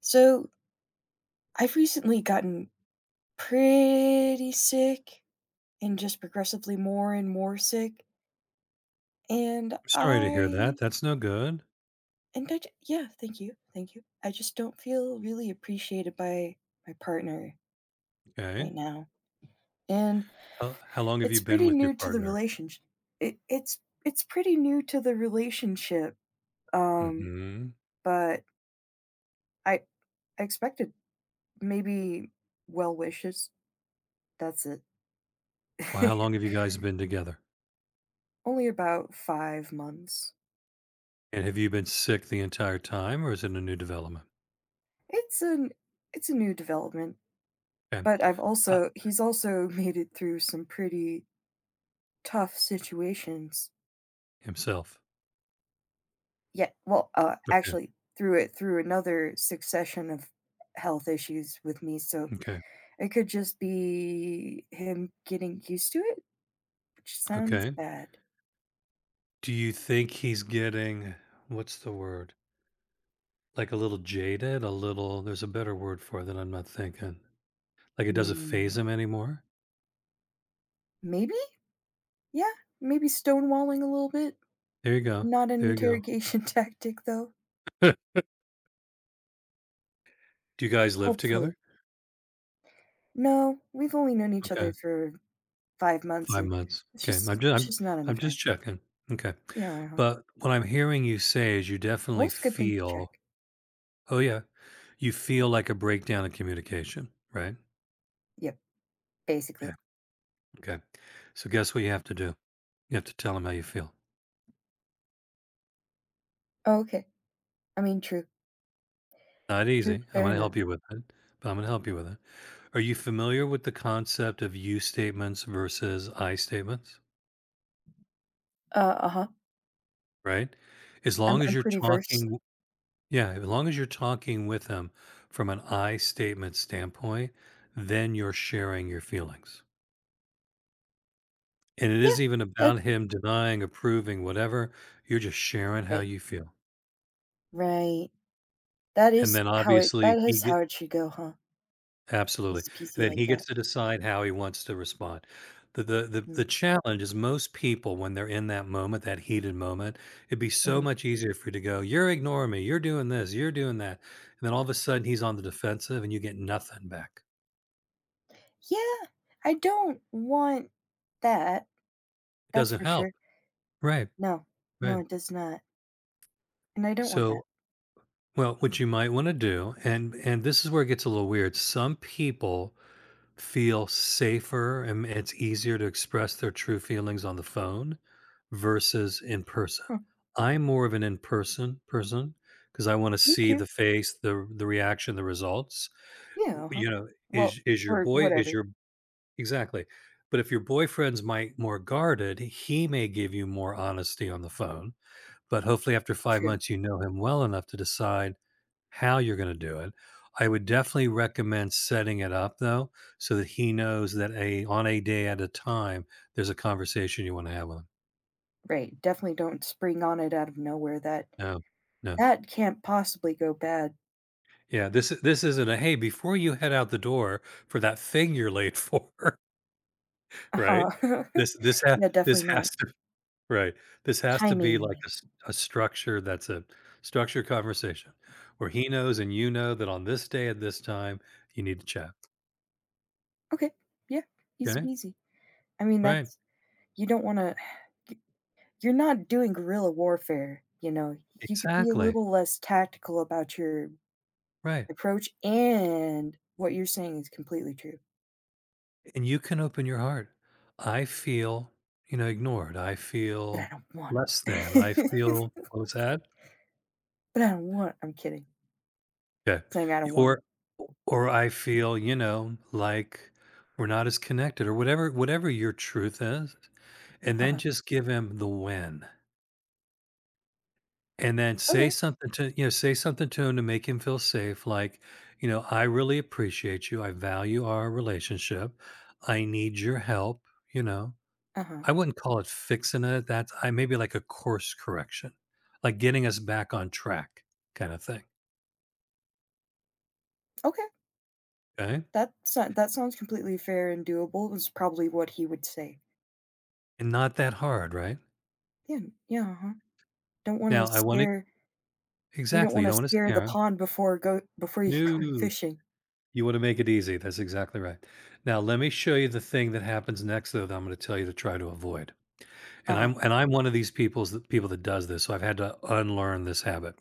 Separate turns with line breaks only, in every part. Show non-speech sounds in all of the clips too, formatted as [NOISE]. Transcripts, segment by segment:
So I've recently gotten pretty sick and just progressively more and more sick. And
I'm sorry to hear that.
I,
That's no good.
yeah, thank you. Thank you. I just don't feel really appreciated by my partner
Okay.
right now. And
How long have
it's
you been
pretty
with your
new to the
partner?
relationship. It's pretty new to the relationship. Um,
Hmm.
but I, I expected maybe well wishes. That's it.
Well, how long
[LAUGHS]
have you guys been together?
Only about 5 months.
And have you been sick the entire time, or is it a new development?
It's an it's a new development,
Okay.
but I've
Uh,
also he's also [LAUGHS] made it through some pretty tough situations.
himself.
Yeah, well,
Okay.
actually, through another succession of health issues with me, so
Okay.
it could just be him getting used to it, which sounds
Okay.
bad.
Do you think he's what's the word? Like a little jaded, a little, there's a better word for it that I'm not thinking. Like it doesn't
Hmm,
phase him anymore?
Maybe? Yeah, maybe stonewalling a little bit.
There you go.
Not an
There you
interrogation [LAUGHS] tactic, though.
go. [LAUGHS] Do you guys live
Hopefully.
together?
No, we've only known each other
Okay.
for 5 months,
5
and
months. Okay, I'm just
it's
I'm
just not
I'm
enough time.
just checking. Okay.
Yeah, uh-huh.
But what I'm hearing you say is you definitely
Always a good thing to
feel
check.
oh, yeah, you feel like a breakdown in communication, right?
Yep,
Yeah,
basically.
okay. So guess what you have to do? You have to tell them how you feel.
Oh, okay. I mean, true,
Not
true,
easy. I'm
fair
gonna
enough.
help you with it, but I'm gonna help you with it. Are you familiar with the concept of you statements versus I statements,
Uh-huh.
right? As
I'm
long as
I'm
you're
pretty versed.
talking yeah, as long as you're talking with them from an I statement standpoint, then you're sharing your feelings. And it
Yeah,
isn't even
that
about him denying, approving, whatever. You're just sharing how
Right,
you feel.
right.
And then obviously
That
he
is
get
how it should go, huh?
absolutely.
Easy
And
peasy
then
like
he
that.
gets to decide how he wants to respond. The
Mm,
challenge is most people when they're in that moment, that heated moment, it'd be so
mhm.
much easier for you to go, "You're ignoring me, you're doing this, you're doing that." And then all of a sudden he's on the defensive and you get nothing back.
Yeah, I don't want that,
It
that's
doesn't
for sure.
help. Right,
No, no,
right.
it does not, and I don't want that.
So, well, what you might want to do, and this is where it gets a little weird. Some people feel safer and it's easier to express their true feelings on the phone versus in person.
Huh,
I'm more of an in-person person because I want to
me
see
too.
the face, the reaction, the results.
Yeah, uh-huh.
You know,
Well,
is your
or
boy is
whatever.
your exactly. But if your boyfriend's might more guarded, he may give you more honesty on the phone. But hopefully after 5
True.
months, you know him well enough to decide how you're gonna do it. I would definitely recommend setting it up though, so that he knows that a on a day at a time, there's a conversation you wanna have with him.
Right, definitely don't spring on it out of nowhere,
No, no.
that can't possibly go bad.
Yeah, this is this isn't a, "Hey, before you head out the door for that thing you're late for," [LAUGHS] right?
Uh [LAUGHS]
This this ha
Yeah,
this
definitely not.
has to Right. This has to be like
Timing.
a structure that's a structured conversation where he knows and you know that on this day at this time, you need to chat.
Okay, yeah, easy
Okay?
peasy. I mean,
Right.
that's you don't wanna you're not doing guerrilla warfare, you know? You could be a
Exactly.
little less tactical about your
Right.
approach, and what you're saying is completely true,
And you can open your heart. I feel, you know, ignored. I
but I
feel
don't want
less than. I
it.
feel
[LAUGHS]
what was that?
But I don't want I'm kidding,
Yeah.
saying I don't want it.
Or or I feel, you know, like we're not as connected or whatever your truth is. And then
Uh-huh.
just give him the win. And then say
Okay.
something to you know, say something to him to make him feel safe, like, you know, "I really appreciate you, I value our relationship, I need your help," you know?
Uh-huh.
I wouldn't call it fixing it, that's I maybe like a course correction, like getting us back on track kinda thing,
Okay.
okay?
That sounds completely fair and doable is probably what he would say.
And not that hard, right?
Yeah, yeah, uh-huh. Don't wanna
Now I wanna
scare You don't
exactly, you
wanna
don't wanna
scare the
scare him.
pond before you [LAUGHS] go in
No.
fishing.
You wanna make it easy, that's exactly right. Now let me show you the thing that happens next, though, that I'm gonna tell you to try to avoid. And
Uh-huh,
I'm and I'm one of these people that does this, so I've had to unlearn this habit.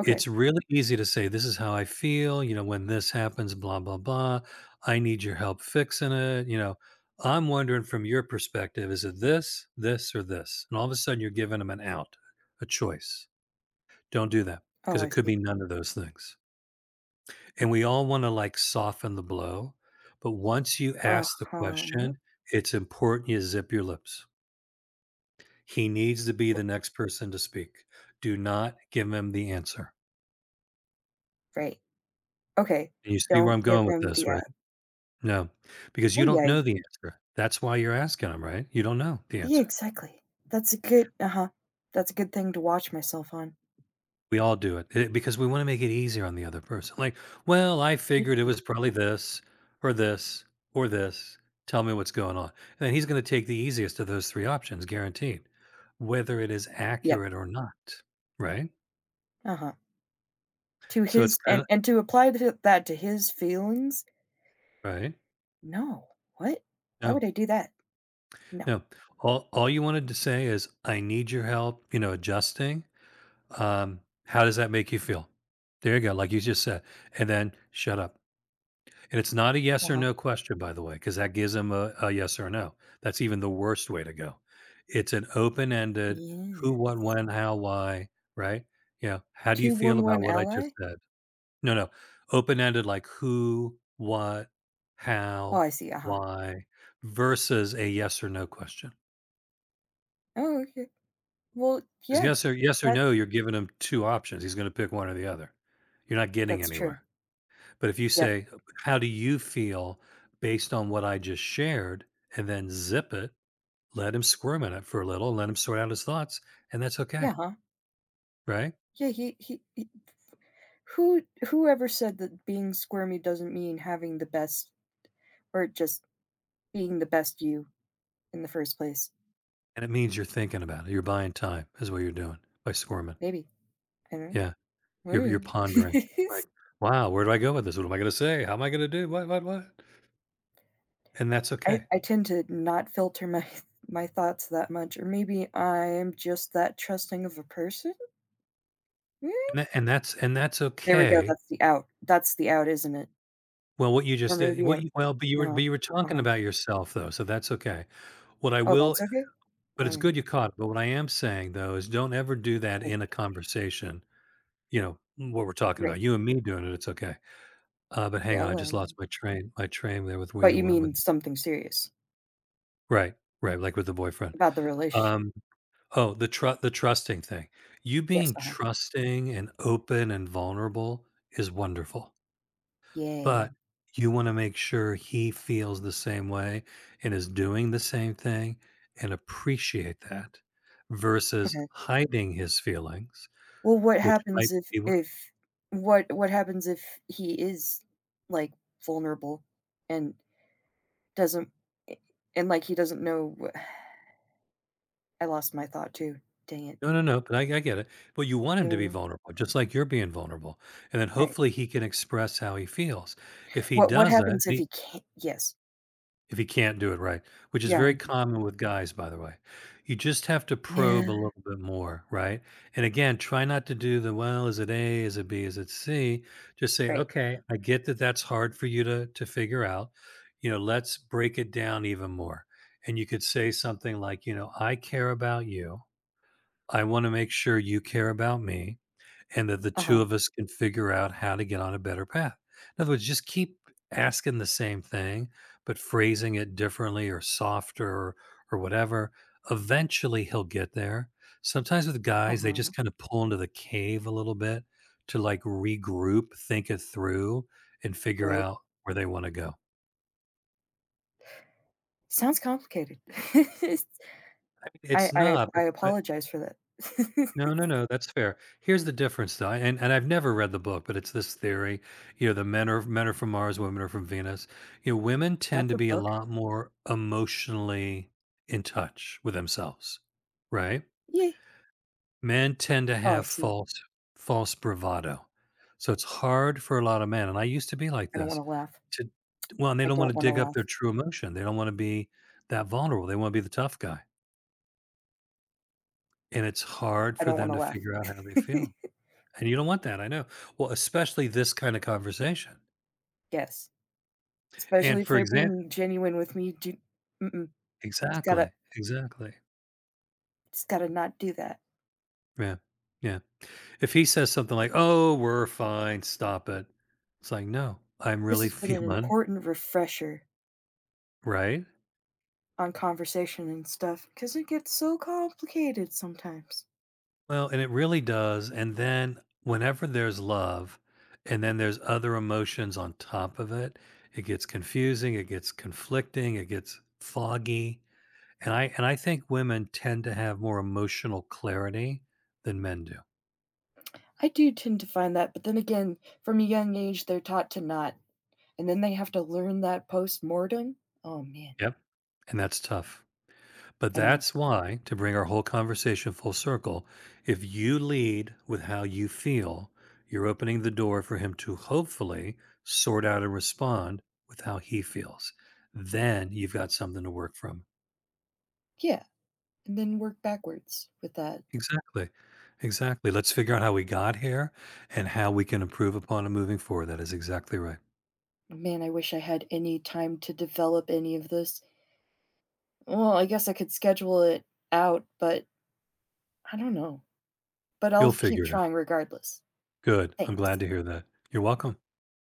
okay.
It's really easy to say, "This is how I feel," you know, "when this happens, blah, blah, blah. I need your help fixing it," you know. I'm wondering from your perspective, is it this, this, or this? And all of a sudden you're giving them an out, a choice. Don't do that
Oh,
because
I
it could be
see.
none of those things. And we all wanna, like, soften the blow, but once you ask the
Uh-huh.
question, it's important you zip your lips. He needs to be the next person to speak. Do not give him the answer.
Right. Okay,
And you see where
don't
I'm
give
going with
him
this,
the
right?
out.
No, because
Oh
you don't
yeah, y-
know the answer. That's why you're asking him, right? You don't know the
yeah,
answer.
exactly. That's a good uh-huh. That's a good thing to watch myself on.
We all do it eh, because we want to make it easier on the other person. Like, well, I
Thank
figured it
you.
was probably this or this or this. Tell me what's going on. And then he's going to take the easiest of those three options, guaranteed, whether it is
Yep,
accurate or not. Right.
uh-huh. To
So it's
his
kind of
and to apply th that to his feelings?
right.
No. What? Why
No.
would I do that? No.
No. All you wanted to say is, "I need your help," you know, adjusting. How does that make you feel? There you go, like you just said, and then shut up. And it's not a yes or
Uh-huh.
no question, by the way, because that gives them a yes or no. That's even the worst way to go. It's an open ended who,
Yeah.
what, when, how, why, right? You know, how do you feel about
211
what I
ally?
just said? No, no. Open ended like who, what,
Oh,
how,
I see, uh-huh.
why versus a yes or no question.
Oh, okay. Well,
'Cause
yeah,
yes or yes or
that
no, you're giving him 2 options. He's gonna pick one or the other. You're not getting
that's true.
anywhere. But if you
Yep.
say, "How do you feel based on what I just shared?" and then zip it, let him squirm in it for a little, let him sort out his thoughts, and that's
Yeah,
okay,
huh?
right?
Yeah, he who whoever said that being squirmy doesn't mean having the best or just being the best you in the first place?
And it means you're thinking about it. You're buying time is what you're doing by squirming.
Maybe. I don't know.
Yeah. You're
Maybe.
you're pondering, like,
[LAUGHS]
"Wow, where do I go with this? What am I gonna say? How am I gonna do? What, what?" And that's okay.
I tend to not filter my [LAUGHS] my thoughts that much, or maybe I am just that trusting of a person? Mm.
And that's
There we go,
okay
that's the out. That's the out, isn't it?
well, what you
Or
just did
maybe
what
I'm
you well, but
uh-huh,
you were talking
uh-huh.
about yourself, though, so that's okay. What I
Oh,
will
that's okay?
but
Oh,
it's good
yeah.
you caught it, but what I am saying, though, is don't ever do that
Okay.
in a conversation, you know, mm, what we're talking about.
Great.
You and me doing it, it's okay. But hang
Yeah,
on, I
okay,
just
yeah.
lost my train there with where
But
you
you
went with
mean something serious
right, right, like with the boyfriend.
about the relationship?
Um, oh, the trusting thing. You
Yes,
being
uh-huh.
trusting and open and vulnerable is wonderful.
Yay.
But you wanna make sure he feels the same way and is doing the same thing and appreciate that versus
Okay.
hiding his feelings,
Well,
which might be what
what happens if he is, like, vulnerable and doesn't eh, and, like, he doesn't know wha [SIGHS] I lost my thought too. Dang it.
no, no, no, but I get it. But you want
You
him
know
to
what I
be
mean?
vulnerable, just like you're being vulnerable, and then
Right.
hopefully he can express how he feels. If he
What
doesn't, and
happens if
he
he can't? Yes.
if he can't do it right, which is
Yeah.
very common with guys, by the way. You just have to probe
Yeah.
a little bit more, right? And again, try not to do the, well, is it A? Is it B? Is it C? Just say,
Right.
okay, I get that that's hard for you to figure out. You know, let's break it down even more. And you could say something like, you know, I care about you. I want to make sure you care about me and that the two
Uh-huh,
of us can figure out how to get on a better path. In other words, just keep asking the same thing, but phrasing it differently or softer or whatever. Eventually, he'll get there. Sometimes with guys, they
uh-huh.
just kind of pull into the cave a little bit to like regroup, think it through, and figure
Right.
out where they want to go.
Sounds complicated. [LAUGHS] I
It's
I
not,
I
but
apologize for that. [LAUGHS]
no, no, no. That's fair. Here's the difference, though, and I've never read the book, but it's this theory. You know, the men are from Mars, women are from Venus. You know, women tend
That's
to
a
be a
book?
lot more emotionally in touch with themselves, right?
Yeah.
Men tend to
Oh, I
have
see.
false bravado, so it's hard for a lot of men. And I used to be like
I don't
this.
wanna laugh.
To well, and they
I
don't
don't
want to
wanna
dig up their
laugh.
true emotion. They don't want to be that vulnerable. They want to be the tough guy, and it's hard
I
for
don't
them
wanna
to
laugh.
figure out how they feel.
[LAUGHS]
And you don't want that, I know. Well, especially this kinda conversation.
Yes, especially
And
if
for
they're
example,
being genuine with me, do mm-mm, it's gotta
exactly, exactly.
it's gotta not do that.
Yeah, yeah. If he says something like, "Oh, we're fine, stop it." It's like, "No, I'm
This
really [LAUGHS]
has been an
feeling"
important refresher
right?
on conversation and stuff because it gets so complicated sometimes.
Well, and it really does, and then whenever there's love, and then there's other emotions on top of it, it gets confusing, it gets conflicting, it gets foggy, and I think women tend to have more emotional clarity than men do.
I do tend to find that, but then again, from a young age, they're taught to not. And then they have to learn that post mortem. Oh, man.
Yep, and that's tough. But
I know.
that's why, to bring our whole conversation full circle, if you lead with how you feel, you're opening the door for him to hopefully sort out and respond with how he feels. Then you've got something to work from.
Yeah, and then work backwards with that.
Exactly. Exactly. Let's figure out how we got here and how we can improve upon it moving forward. That is exactly right.
Man, I wish I had any time to develop any of this. Well, I guess I could schedule it out, but I don't know. But
You'll
I'll
figure
keep
it
trying
out.
regardless.
Good. I'm glad
Thanks.
to hear that. You're welcome.